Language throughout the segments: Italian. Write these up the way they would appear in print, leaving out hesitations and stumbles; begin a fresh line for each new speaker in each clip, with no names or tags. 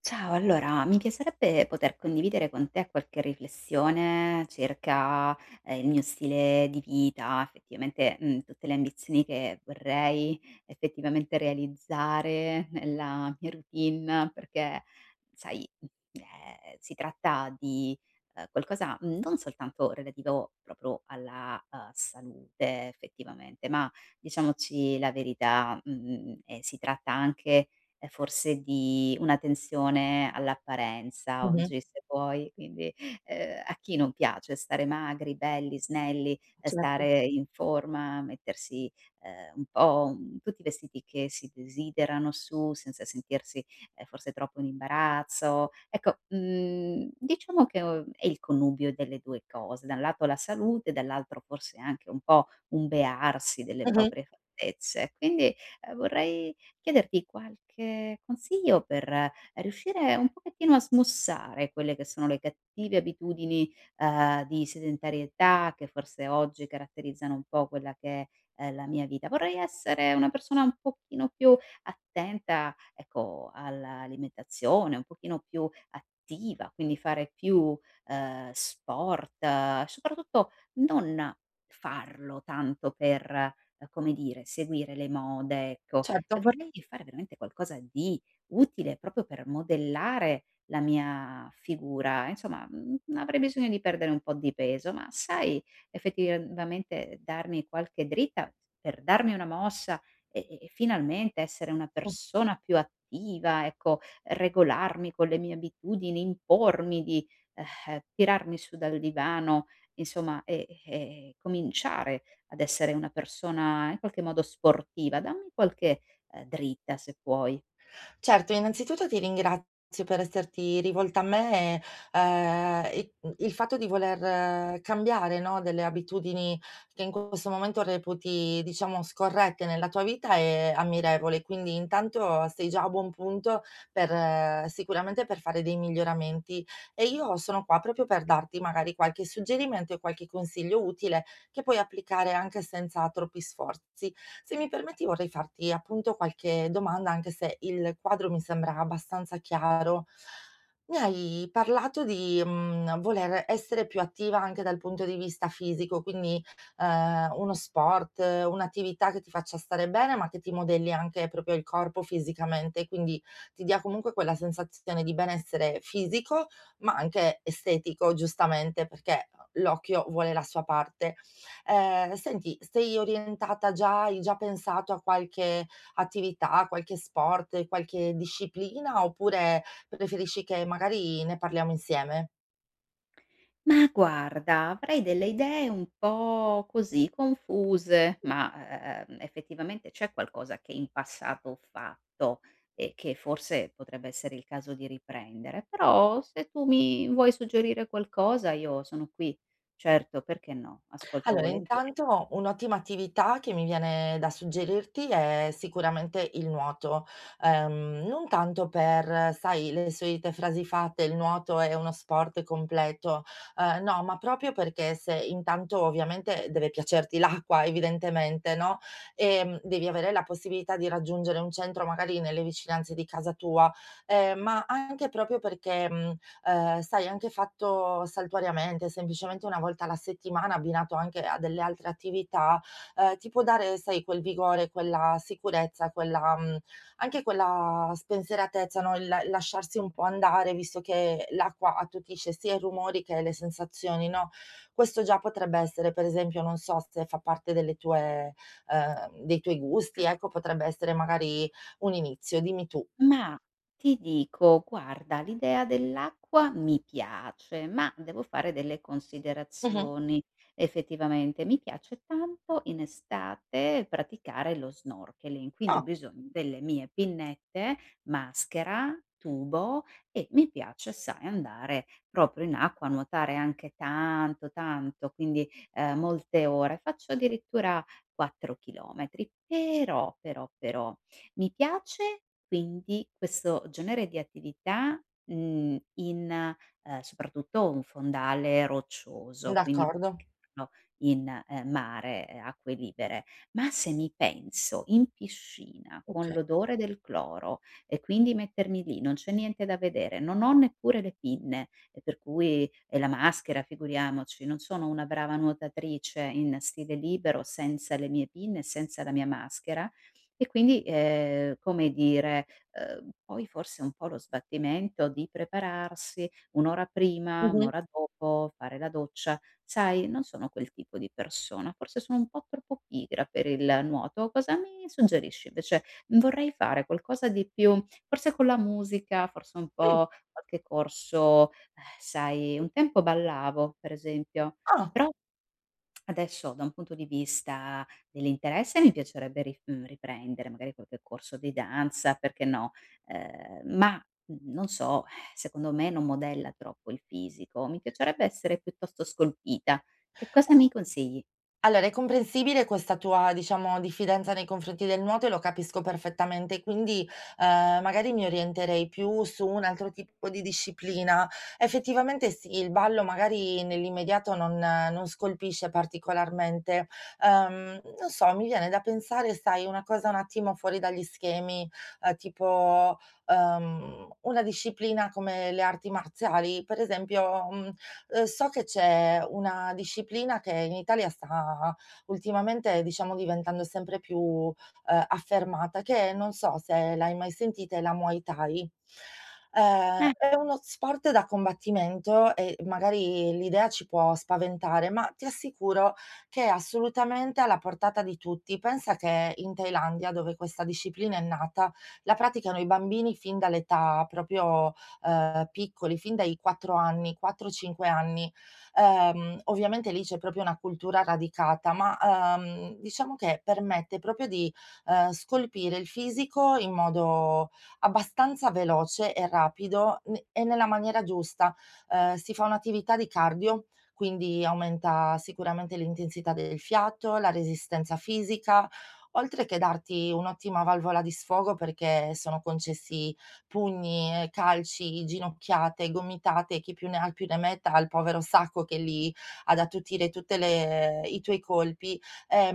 Ciao, allora mi piacerebbe poter condividere con te qualche riflessione circa, il mio stile di vita, effettivamente, tutte le ambizioni che vorrei effettivamente realizzare nella mia routine, perché sai, ehm, si tratta di, qualcosa non soltanto relativo proprio alla, salute effettivamente, ma diciamoci la verità, si tratta anche forse di una tensione all'apparenza
Mh-mh.
oggi, se vuoi, quindi, a chi non piace stare magri, belli, snelli,
Certo.
stare in forma, mettersi, un po', tutti i vestiti che si desiderano su, senza sentirsi, forse troppo in imbarazzo. Ecco, diciamo che, è il connubio delle 2 cose, da un lato la salute, dall'altro forse anche un po' un bearsi delle
Mh-mh.
proprie fattezze. Quindi, vorrei chiederti qualche consiglio per riuscire un pochettino a smussare quelle che sono le cattive abitudini, di sedentarietà che forse oggi caratterizzano un po' quella che è la mia vita. Vorrei essere una persona un pochino più attenta, ecco, all'alimentazione, un pochino più attiva, quindi fare più, sport, soprattutto non farlo tanto per, come dire, seguire le mode, ecco.
Certo.
Vorrei fare veramente qualcosa di utile proprio per modellare la mia figura, insomma, avrei bisogno di perdere un po' di peso, ma sai effettivamente darmi qualche dritta per darmi una mossa e finalmente essere una
Mh.
persona più attiva, ecco, regolarmi con le mie abitudini, impormi di, tirarmi su dal divano, insomma, e cominciare ad essere una persona in qualche modo sportiva. Dammi qualche dritta se puoi.
Certo, innanzitutto ti ringrazio per esserti rivolta a me, e il fatto di voler cambiare, no, delle abitudini che in questo momento reputi, diciamo, scorrette nella tua vita è ammirevole. Quindi intanto sei già a buon punto per sicuramente per fare dei miglioramenti. E io sono qua proprio per darti magari qualche suggerimento e qualche consiglio utile che puoi applicare anche senza troppi sforzi. Se mi permetti vorrei farti appunto qualche domanda, anche se il quadro mi sembra abbastanza chiaro. Mi hai parlato di, voler essere più attiva anche dal punto di vista fisico, quindi, uno sport, un'attività che ti faccia stare bene, ma che ti modelli anche proprio il corpo fisicamente, quindi ti dia comunque quella sensazione di benessere fisico, ma anche estetico giustamente, perché l'occhio vuole la sua parte. Senti, sei orientata già hai già pensato a qualche attività, qualche sport, qualche disciplina, oppure preferisci che magari ne parliamo insieme?
Ma guarda, avrei delle idee un po' così confuse, ma, effettivamente c'è qualcosa che in passato ho fatto e che forse potrebbe essere il caso di riprendere, però se tu mi vuoi suggerire qualcosa io sono qui. Certo, perché no, ascolto
Allora,
volentieri.
intanto un'ottima attività che mi viene da suggerirti è sicuramente il nuoto. Non tanto per, sai, le solite frasi fatte, il nuoto è uno sport completo, no, ma proprio perché se intanto ovviamente deve piacerti l'acqua evidentemente, no, devi avere la possibilità di raggiungere un centro magari nelle vicinanze di casa tua, ma anche proprio perché, sai anche fatto saltuariamente, semplicemente 1 volta alla settimana, abbinato anche a delle altre attività, ti può dare, sai, quel vigore, quella sicurezza, quella anche quella spensieratezza, no, il lasciarsi un po' andare, visto che l'acqua attutisce sia i rumori che le sensazioni, no, questo già potrebbe essere, per esempio, non so se fa parte delle tue dei tuoi gusti, ecco, potrebbe essere magari un inizio, dimmi tu.
Ma ti dico, guarda, l'idea dell'acqua mi piace, ma devo fare delle
Mh-mh.
considerazioni. Effettivamente mi piace tanto in estate praticare lo snorkeling, quindi ho
Ah,
bisogno delle mie pinnette, maschera, tubo e mi piace, sai, andare proprio in acqua, nuotare anche tanto, tanto, quindi molte ore. Faccio addirittura 4 chilometri, però, però, però mi piace quindi questo genere di attività, in, soprattutto un fondale roccioso, quindi
d'accordo.
proprio che vanno in, mare, acque libere. Ma se mi penso in piscina con
Okay.
l'odore del cloro e quindi mettermi lì, non c'è niente da vedere, non ho neppure le pinne, e per cui e la maschera figuriamoci, non sono una brava nuotatrice in stile libero senza le mie pinne e senza la mia maschera, e quindi, come dire, poi forse un po' lo sbattimento di prepararsi 1 ora prima, 1
Mh-mh.
ora dopo, fare la doccia. Sai, non sono quel tipo di persona, forse sono un po' troppo pigra per il nuoto. Cosa mi suggerisci invece? Vorrei fare qualcosa di più forse con la musica, forse un
Mh,
po' qualche corso, sai un tempo ballavo per esempio,
ah.
però adesso da un punto di vista dell'interesse mi piacerebbe riprendere magari qualche corso di danza, perché no, ehm, ma, non so, secondo me non modella troppo il fisico. Mi piacerebbe essere piuttosto scolpita. Che cosa mi consigli?
Allora è comprensibile questa tua, diciamo, diffidenza nei confronti del nuoto e lo capisco perfettamente, quindi, magari mi orienterei più su un altro tipo di disciplina. Effettivamente sì, il ballo magari nell'immediato non scolpisce particolarmente. Non so, mi viene da pensare, sai, una cosa un attimo fuori dagli schemi, tipo, una disciplina come le arti marziali. Per esempio, so che c'è una disciplina che in Italia sta ultimamente, diciamo, diventando sempre più, affermata, che non so se l'hai mai sentita, è la Muay Thai. È uno sport da combattimento e magari l'idea ci può spaventare, ma ti assicuro che è assolutamente alla portata di tutti. Pensa che in Thailandia, dove questa disciplina è nata, la praticano i bambini fin dall'età proprio piccoli, fin dai 4 anni, 4, 5 anni. Ovviamente lì c'è proprio una cultura radicata, ma, diciamo che permette proprio di, scolpire il fisico in modo abbastanza veloce e rapido ne e nella maniera giusta. Si fa un'attività di cardio, quindi aumenta sicuramente l'intensità del fiato, la resistenza fisica, oltre che darti un'ottima valvola di sfogo perché sono concessi pugni, calci, ginocchiate, gomitate, chi più ne ha più ne metta al povero sacco che lì ad attutire tutte le i tuoi colpi.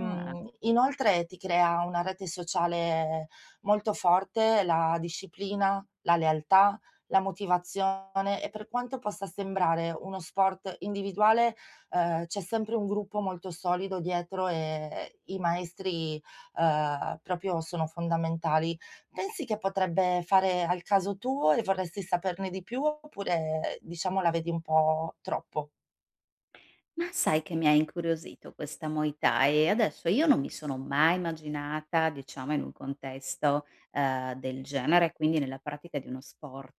Eh,
Inoltre ti crea una rete sociale molto forte la disciplina, la lealtà, la motivazione e per quanto possa sembrare uno sport individuale, c'è sempre un gruppo molto solido dietro e i maestri, proprio sono fondamentali. Pensi che potrebbe fare al caso tuo e vorresti saperne di più oppure, diciamo, la vedi un po' troppo?
Ma sai che mi ha incuriosito questa Muay Thai e adesso io non mi sono mai immaginata, diciamo, in un contesto, del genere, quindi nella pratica di uno sport,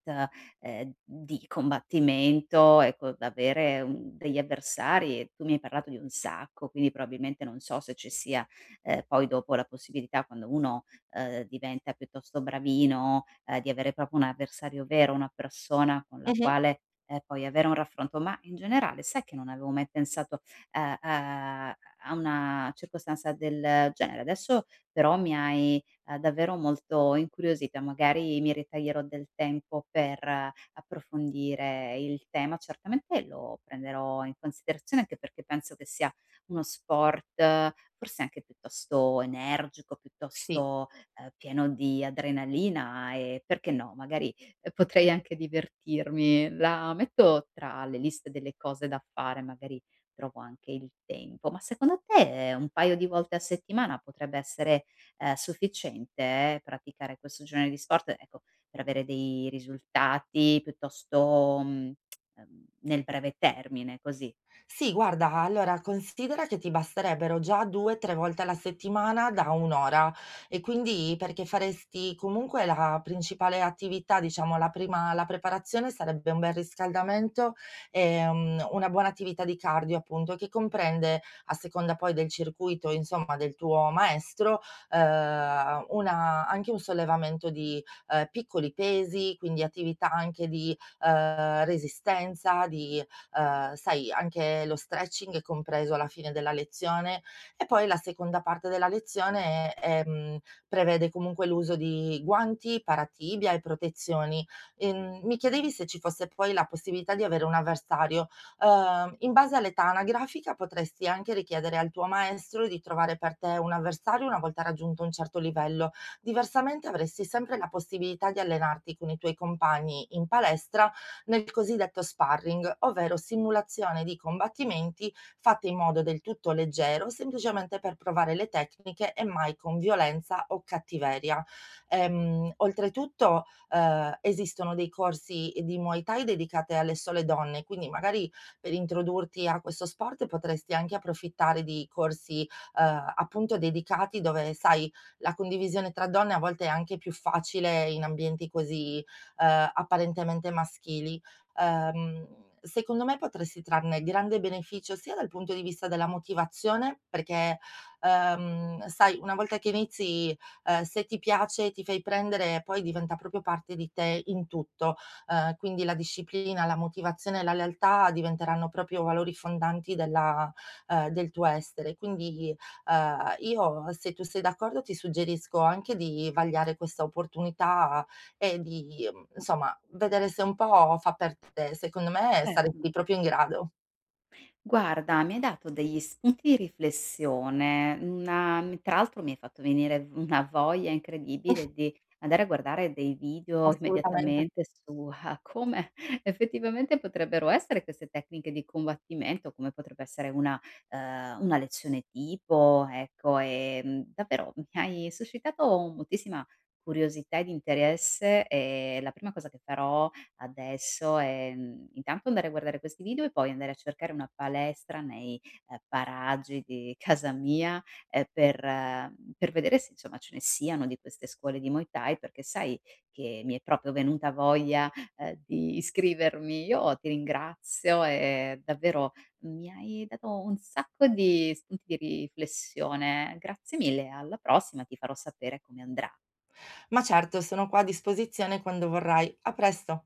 di combattimento, ecco, d'avere un degli avversari e tu mi hai parlato di un sacco, quindi probabilmente non so se ci sia, poi dopo la possibilità quando uno, diventa piuttosto bravino, di avere proprio un avversario vero, una persona con la
Mh-mh.
quale e poi avere un raffronto. Ma in generale sai che non avevo mai pensato a a a una circostanza del genere. Adesso però mi hai, davvero molto incuriosita, magari mi ritaglierò del tempo per approfondire il tema. Certamente lo prenderò in considerazione anche perché penso che sia uno sport forse anche piuttosto energico,
Sì.
piuttosto, pieno di adrenalina e perché no, magari potrei anche divertirmi. La metto tra le liste delle cose da fare, magari trovo anche il tempo. Ma secondo te un paio di volte a settimana potrebbe essere, sufficiente praticare questo genere di sport, ecco, per avere dei risultati piuttosto, nel breve termine, così?
Sì, guarda, allora considera che ti basterebbero già 2, 3 volte alla settimana da 1 ora e quindi perché faresti comunque la principale attività, diciamo la prima la preparazione sarebbe un bel riscaldamento, una buona attività di cardio appunto, che comprende, a seconda poi del circuito insomma del tuo maestro, una anche un sollevamento di, piccoli pesi, quindi attività anche di, resistenza, di, sai anche lo stretching è compreso alla fine della lezione e poi la seconda parte della lezione, prevede comunque l'uso di guanti, paratibia e protezioni. Mi chiedevi se ci fosse poi la possibilità di avere un avversario. In base all'età anagrafica potresti anche richiedere al tuo maestro di trovare per te un avversario una volta raggiunto un certo livello, diversamente avresti sempre la possibilità di allenarti con i tuoi compagni in palestra nel cosiddetto sparring, ovvero simulazione di combattimenti fatte in modo del tutto leggero, semplicemente per provare le tecniche e mai con violenza o cattiveria. Oltretutto, esistono dei corsi di Muay Thai dedicate alle sole donne, quindi magari per introdurti a questo sport potresti anche approfittare di corsi, appunto dedicati dove, sai, la condivisione tra donne a volte è anche più facile in ambienti così, apparentemente maschili. Ehm, Secondo me potresti trarne grande beneficio sia dal punto di vista della motivazione, perché, sai una volta che inizi, se ti piace, ti fai prendere, poi diventa proprio parte di te in tutto. Quindi la disciplina, la motivazione e la lealtà diventeranno proprio valori fondanti della del tuo essere. Quindi, io se tu sei d'accordo ti suggerisco anche di vagliare questa opportunità e di insomma, vedere se un po' fa per te. Secondo me
Certo.
saresti proprio in grado.
Guarda, mi hai dato degli spunti di riflessione, una mi tra l'altro mi hai fatto venire v una voglia incredibile di andare a guardare dei video
Assolutamente.
immediatamente su a come effettivamente potrebbero essere queste tecniche di combattimento, come potrebbe essere una lezione tipo, ecco, davvero mi hai suscitato moltissima curiosità ed interesse e la prima cosa che farò adesso, intanto andare a guardare questi video e poi andare a cercare una palestra nei, paraggi di casa mia, per vedere se insomma ce ne siano di queste scuole di Muay Thai, perché sai che mi è proprio venuta voglia, di iscrivermi. Io ti ringrazio e davvero mi hai dato un sacco di spunti di riflessione. Grazie mille, alla prossima ti farò sapere come andrà.
Ma certo, sono qua a disposizione quando vorrai. A presto.